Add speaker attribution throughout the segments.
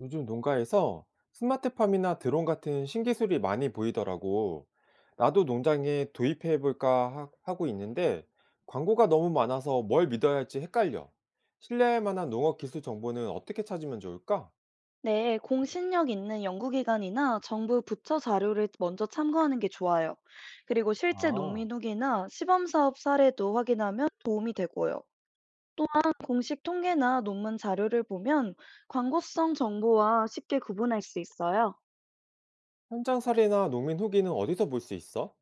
Speaker 1: 요즘 농가에서 스마트팜이나 드론 같은 신기술이 많이 보이더라고. 나도 농장에 도입해 볼까 하고 있는데 광고가 너무 많아서 뭘 믿어야 할지 헷갈려. 신뢰할 만한 농업 기술 정보는 어떻게 찾으면 좋을까?
Speaker 2: 네, 공신력 있는 연구기관이나 정부 부처 자료를 먼저 참고하는 게 좋아요. 그리고 실제
Speaker 1: 아,
Speaker 2: 농민 후기나 시범사업 사례도 확인하면 도움이 되고요. 공식 통계나 논문 자료를 보면 광고성 정보와 쉽게 구분할 수 있어요.
Speaker 1: 현장 사례나 농민 후기는 어디서 볼 수 있어?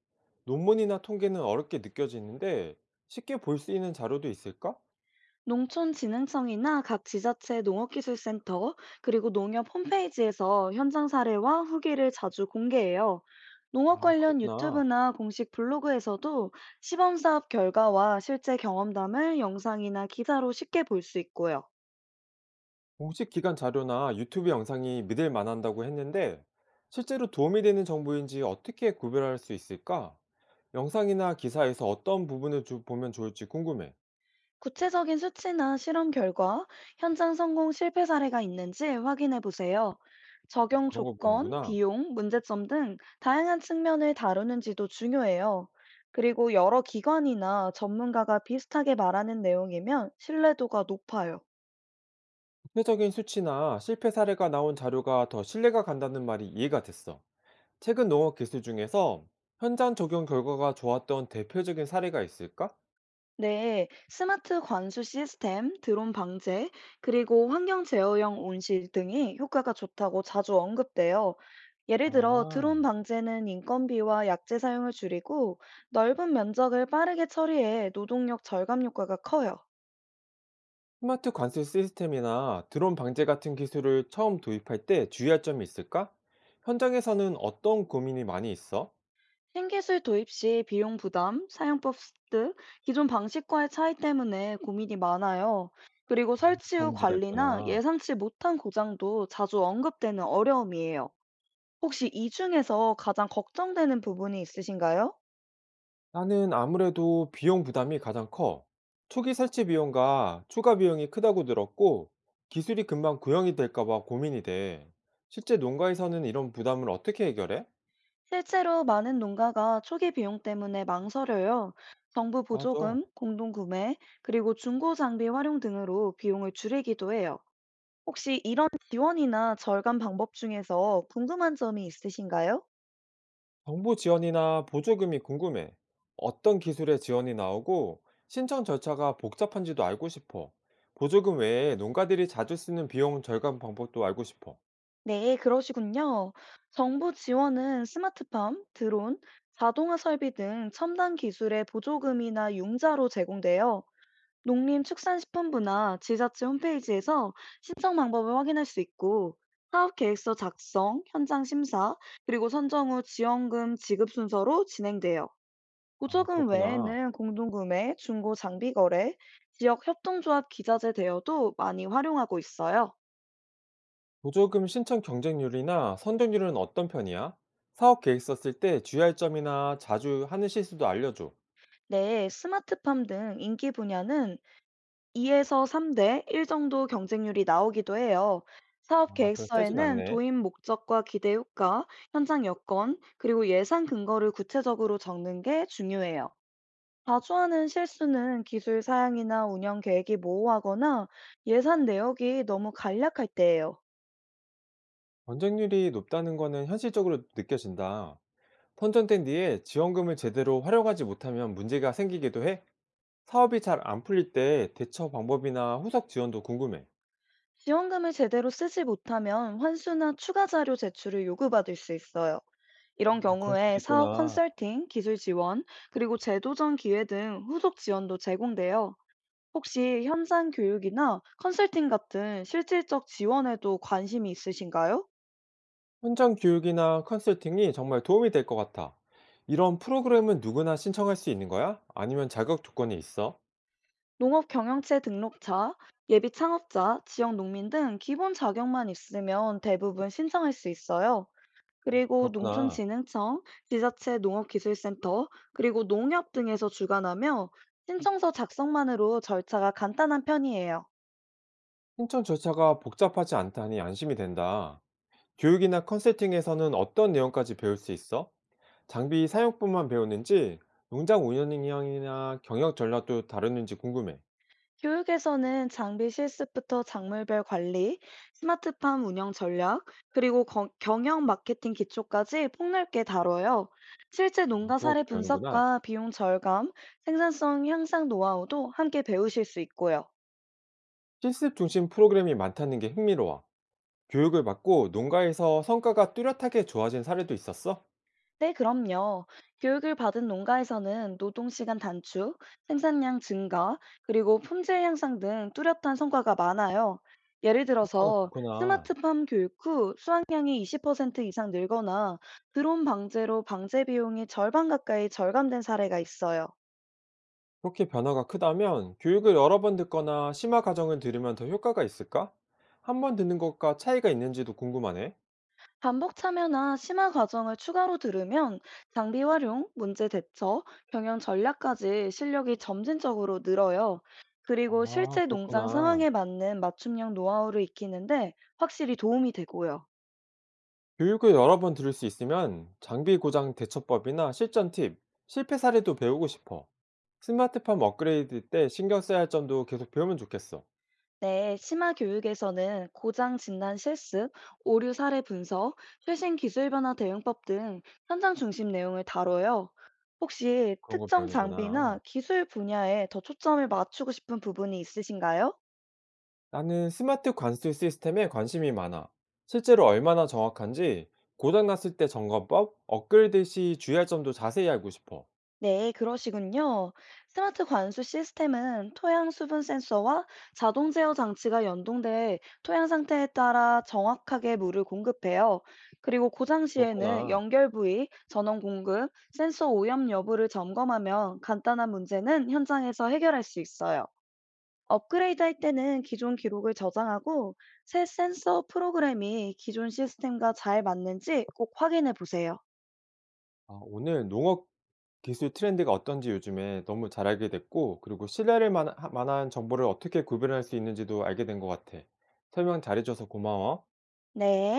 Speaker 1: 논문이나 통계는 어렵게 느껴지는데 쉽게 볼 수 있는 자료도 있을까?
Speaker 2: 농촌진흥청이나 각 지자체 농업기술센터 그리고 농협 홈페이지에서 현장 사례와 후기를 자주 공개해요. 농업
Speaker 1: 아,
Speaker 2: 관련
Speaker 1: 그렇구나.
Speaker 2: 유튜브나 공식 블로그에서도 시범 사업 결과와 실제 경험담을 영상이나 기사로 쉽게 볼 수 있고요.
Speaker 1: 공식 기관 자료나 유튜브 영상이 믿을 만한다고 했는데 실제로 도움이 되는 정보인지 어떻게 구별할 수 있을까? 영상이나 기사에서 어떤 부분을 보면 좋을지 궁금해.
Speaker 2: 구체적인 수치나 실험 결과, 현장 성공 실패 사례가 있는지 확인해 보세요. 적용
Speaker 1: 그런 걸
Speaker 2: 조건,
Speaker 1: 보는구나.
Speaker 2: 비용, 문제점 등 다양한 측면을 다루는지도 중요해요. 그리고 여러 기관이나 전문가가 비슷하게 말하는 내용이면 신뢰도가 높아요.
Speaker 1: 구체적인 수치나 실패 사례가 나온 자료가 더 신뢰가 간다는 말이 이해가 됐어. 최근 농업 기술 중에서 현장 적용 결과가 좋았던 대표적인 사례가 있을까?
Speaker 2: 네, 스마트 관수 시스템, 드론 방제, 그리고 환경 제어형 온실 등이 효과가 좋다고 자주 언급돼요. 예를 들어, 드론
Speaker 1: 아,
Speaker 2: 방제는 인건비와 약재 사용을 줄이고 넓은 면적을 빠르게 처리해 노동력 절감 효과가 커요.
Speaker 1: 스마트 관수 시스템이나 드론 방제 같은 기술을 처음 도입할 때 주의할 점이 있을까? 현장에서는 어떤 고민이 많이 있어?
Speaker 2: 신기술 도입 시 비용 부담, 사용법 습득, 기존 방식과의 차이 때문에 고민이 많아요. 그리고 설치
Speaker 1: 그런
Speaker 2: 후
Speaker 1: 문제가
Speaker 2: 관리나
Speaker 1: 있구나.
Speaker 2: 예상치 못한 고장도 자주 언급되는 어려움이에요. 혹시 이 중에서 가장 걱정되는 부분이 있으신가요?
Speaker 1: 나는 아무래도 비용 부담이 가장 커. 초기 설치 비용과 추가 비용이 크다고 들었고, 기술이 금방 구형이 될까 봐 고민이 돼. 실제 농가에서는 이런 부담을 어떻게 해결해?
Speaker 2: 실제로 많은 농가가 초기 비용 때문에 망설여요. 정부
Speaker 1: 맞아.
Speaker 2: 보조금, 공동구매, 그리고 중고 장비 활용 등으로 비용을 줄이기도 해요. 혹시 이런 지원이나 절감 방법 중에서 궁금한 점이 있으신가요?
Speaker 1: 정부 지원이나 보조금이 궁금해. 어떤 기술의 지원이 나오고 신청 절차가 복잡한지도 알고 싶어. 보조금 외에 농가들이 자주 쓰는 비용 절감 방법도 알고 싶어.
Speaker 2: 네, 그러시군요. 정부 지원은 스마트팜, 드론, 자동화 설비 등 첨단 기술의 보조금이나 융자로 제공돼요. 농림축산식품부나 지자체 홈페이지에서 신청 방법을 확인할 수 있고, 사업 계획서 작성, 현장 심사, 그리고 선정 후 지원금 지급 순서로 진행돼요.
Speaker 1: 아,
Speaker 2: 보조금
Speaker 1: 그렇구나.
Speaker 2: 외에는 공동구매, 중고 장비 거래, 지역 협동조합 기자재 대여도 많이 활용하고 있어요.
Speaker 1: 보조금 신청 경쟁률이나 선정률은 어떤 편이야? 사업 계획 썼을 때 주의할 점이나 자주 하는 실수도 알려줘.
Speaker 2: 네, 스마트팜 등 인기 분야는 2에서 3대 1 정도 경쟁률이 나오기도 해요. 사업
Speaker 1: 아, 별로 세진
Speaker 2: 계획서에는
Speaker 1: 않네.
Speaker 2: 도입 목적과 기대 효과, 현장 여건, 그리고 예산 근거를 구체적으로 적는 게 중요해요. 자주 하는 실수는 기술 사양이나 운영 계획이 모호하거나 예산 내역이 너무 간략할 때예요.
Speaker 1: 경쟁률이 높다는 거는 현실적으로 느껴진다. 선정된 뒤에 지원금을 제대로 활용하지 못하면 문제가 생기기도 해? 사업이 잘 안 풀릴 때 대처 방법이나 후속 지원도 궁금해.
Speaker 2: 지원금을 제대로 쓰지 못하면 환수나 추가 자료 제출을 요구받을 수 있어요. 이런
Speaker 1: 아, 그럴 수도
Speaker 2: 경우에 사업
Speaker 1: 있구나.
Speaker 2: 컨설팅, 기술 지원, 그리고 재도전 기회 등 후속 지원도 제공돼요. 혹시 현장 교육이나 컨설팅 같은 실질적 지원에도 관심이 있으신가요?
Speaker 1: 현장 교육이나 컨설팅이 정말 도움이 될 것 같아. 이런 프로그램은 누구나 신청할 수 있는 거야? 아니면 자격 조건이 있어?
Speaker 2: 농업 경영체 등록자, 예비 창업자, 지역 농민 등 기본 자격만 있으면 대부분 신청할 수 있어요. 그리고
Speaker 1: 그렇구나.
Speaker 2: 농촌진흥청, 지자체 농업기술센터, 그리고 농협 등에서 주관하며 신청서 작성만으로 절차가 간단한 편이에요.
Speaker 1: 신청 절차가 복잡하지 않다니 안심이 된다. 교육이나 컨설팅에서는 어떤 내용까지 배울 수 있어? 장비 사용법만 배우는지, 농장 운영이나 경영 전략도 다루는지 궁금해.
Speaker 2: 교육에서는 장비 실습부터 작물별 관리, 스마트팜 운영 전략, 그리고 경영 마케팅 기초까지 폭넓게 다뤄요. 실제
Speaker 1: 아,
Speaker 2: 농가
Speaker 1: 그것도
Speaker 2: 사례
Speaker 1: 배우는구나.
Speaker 2: 분석과 비용 절감, 생산성 향상 노하우도 함께 배우실 수 있고요.
Speaker 1: 실습 중심 프로그램이 많다는 게 흥미로워. 교육을 받고 농가에서 성과가 뚜렷하게 좋아진 사례도 있었어?
Speaker 2: 네, 그럼요. 교육을 받은 농가에서는 노동시간 단축, 생산량 증가, 그리고 품질 향상 등 뚜렷한 성과가 많아요. 예를
Speaker 1: 효과가
Speaker 2: 들어서
Speaker 1: 좋구나.
Speaker 2: 스마트팜 교육 후 수확량이 20% 이상 늘거나 드론 방제로 방제 비용이 절반 가까이 절감된 사례가 있어요.
Speaker 1: 그렇게 변화가 크다면 교육을 여러 번 듣거나 심화 과정을 들으면 더 효과가 있을까? 한 번 듣는 것과 차이가 있는지도 궁금하네.
Speaker 2: 반복 참여나 심화 과정을 추가로 들으면 장비 활용, 문제 대처, 경영 전략까지 실력이 점진적으로 늘어요. 그리고
Speaker 1: 아,
Speaker 2: 실제 농장
Speaker 1: 그렇구나.
Speaker 2: 상황에 맞는 맞춤형 노하우를 익히는데 확실히 도움이 되고요.
Speaker 1: 교육을 여러 번 들을 수 있으면 장비 고장 대처법이나 실전 팁, 실패 사례도 배우고 싶어. 스마트팜 업그레이드 때 신경 써야 할 점도 계속 배우면 좋겠어.
Speaker 2: 네, 심화 교육에서는 고장 진단 실습, 오류 사례 분석, 최신 기술 변화 대응법 등 현장 중심 내용을 다뤄요. 혹시
Speaker 1: 그런 거
Speaker 2: 특정 장비나
Speaker 1: 배우는구나.
Speaker 2: 기술 분야에 더 초점을 맞추고 싶은 부분이 있으신가요?
Speaker 1: 나는 스마트 관수 시스템에 관심이 많아. 실제로 얼마나 정확한지, 고장났을 때 점검법, 업그레이드 시 주의할 점도 자세히 알고 싶어.
Speaker 2: 네, 그러시군요. 스마트 관수 시스템은 토양 수분 센서와 자동 제어 장치가 연동돼 토양 상태에 따라 정확하게 물을 공급해요. 그리고 고장 시에는
Speaker 1: 그렇구나.
Speaker 2: 연결 부위, 전원 공급, 센서 오염 여부를 점검하면 간단한 문제는 현장에서 해결할 수 있어요. 업그레이드 할 때는 기존 기록을 저장하고 새 센서 프로그램이 기존 시스템과 잘 맞는지 꼭 확인해 보세요.
Speaker 1: 아, 오늘 농업 기술 트렌드가 어떤지 요즘에 너무 잘 알게 됐고, 그리고 신뢰할 만한 정보를 어떻게 구별할 수 있는지도 알게 된 것 같아. 설명 잘해줘서 고마워.
Speaker 2: 네.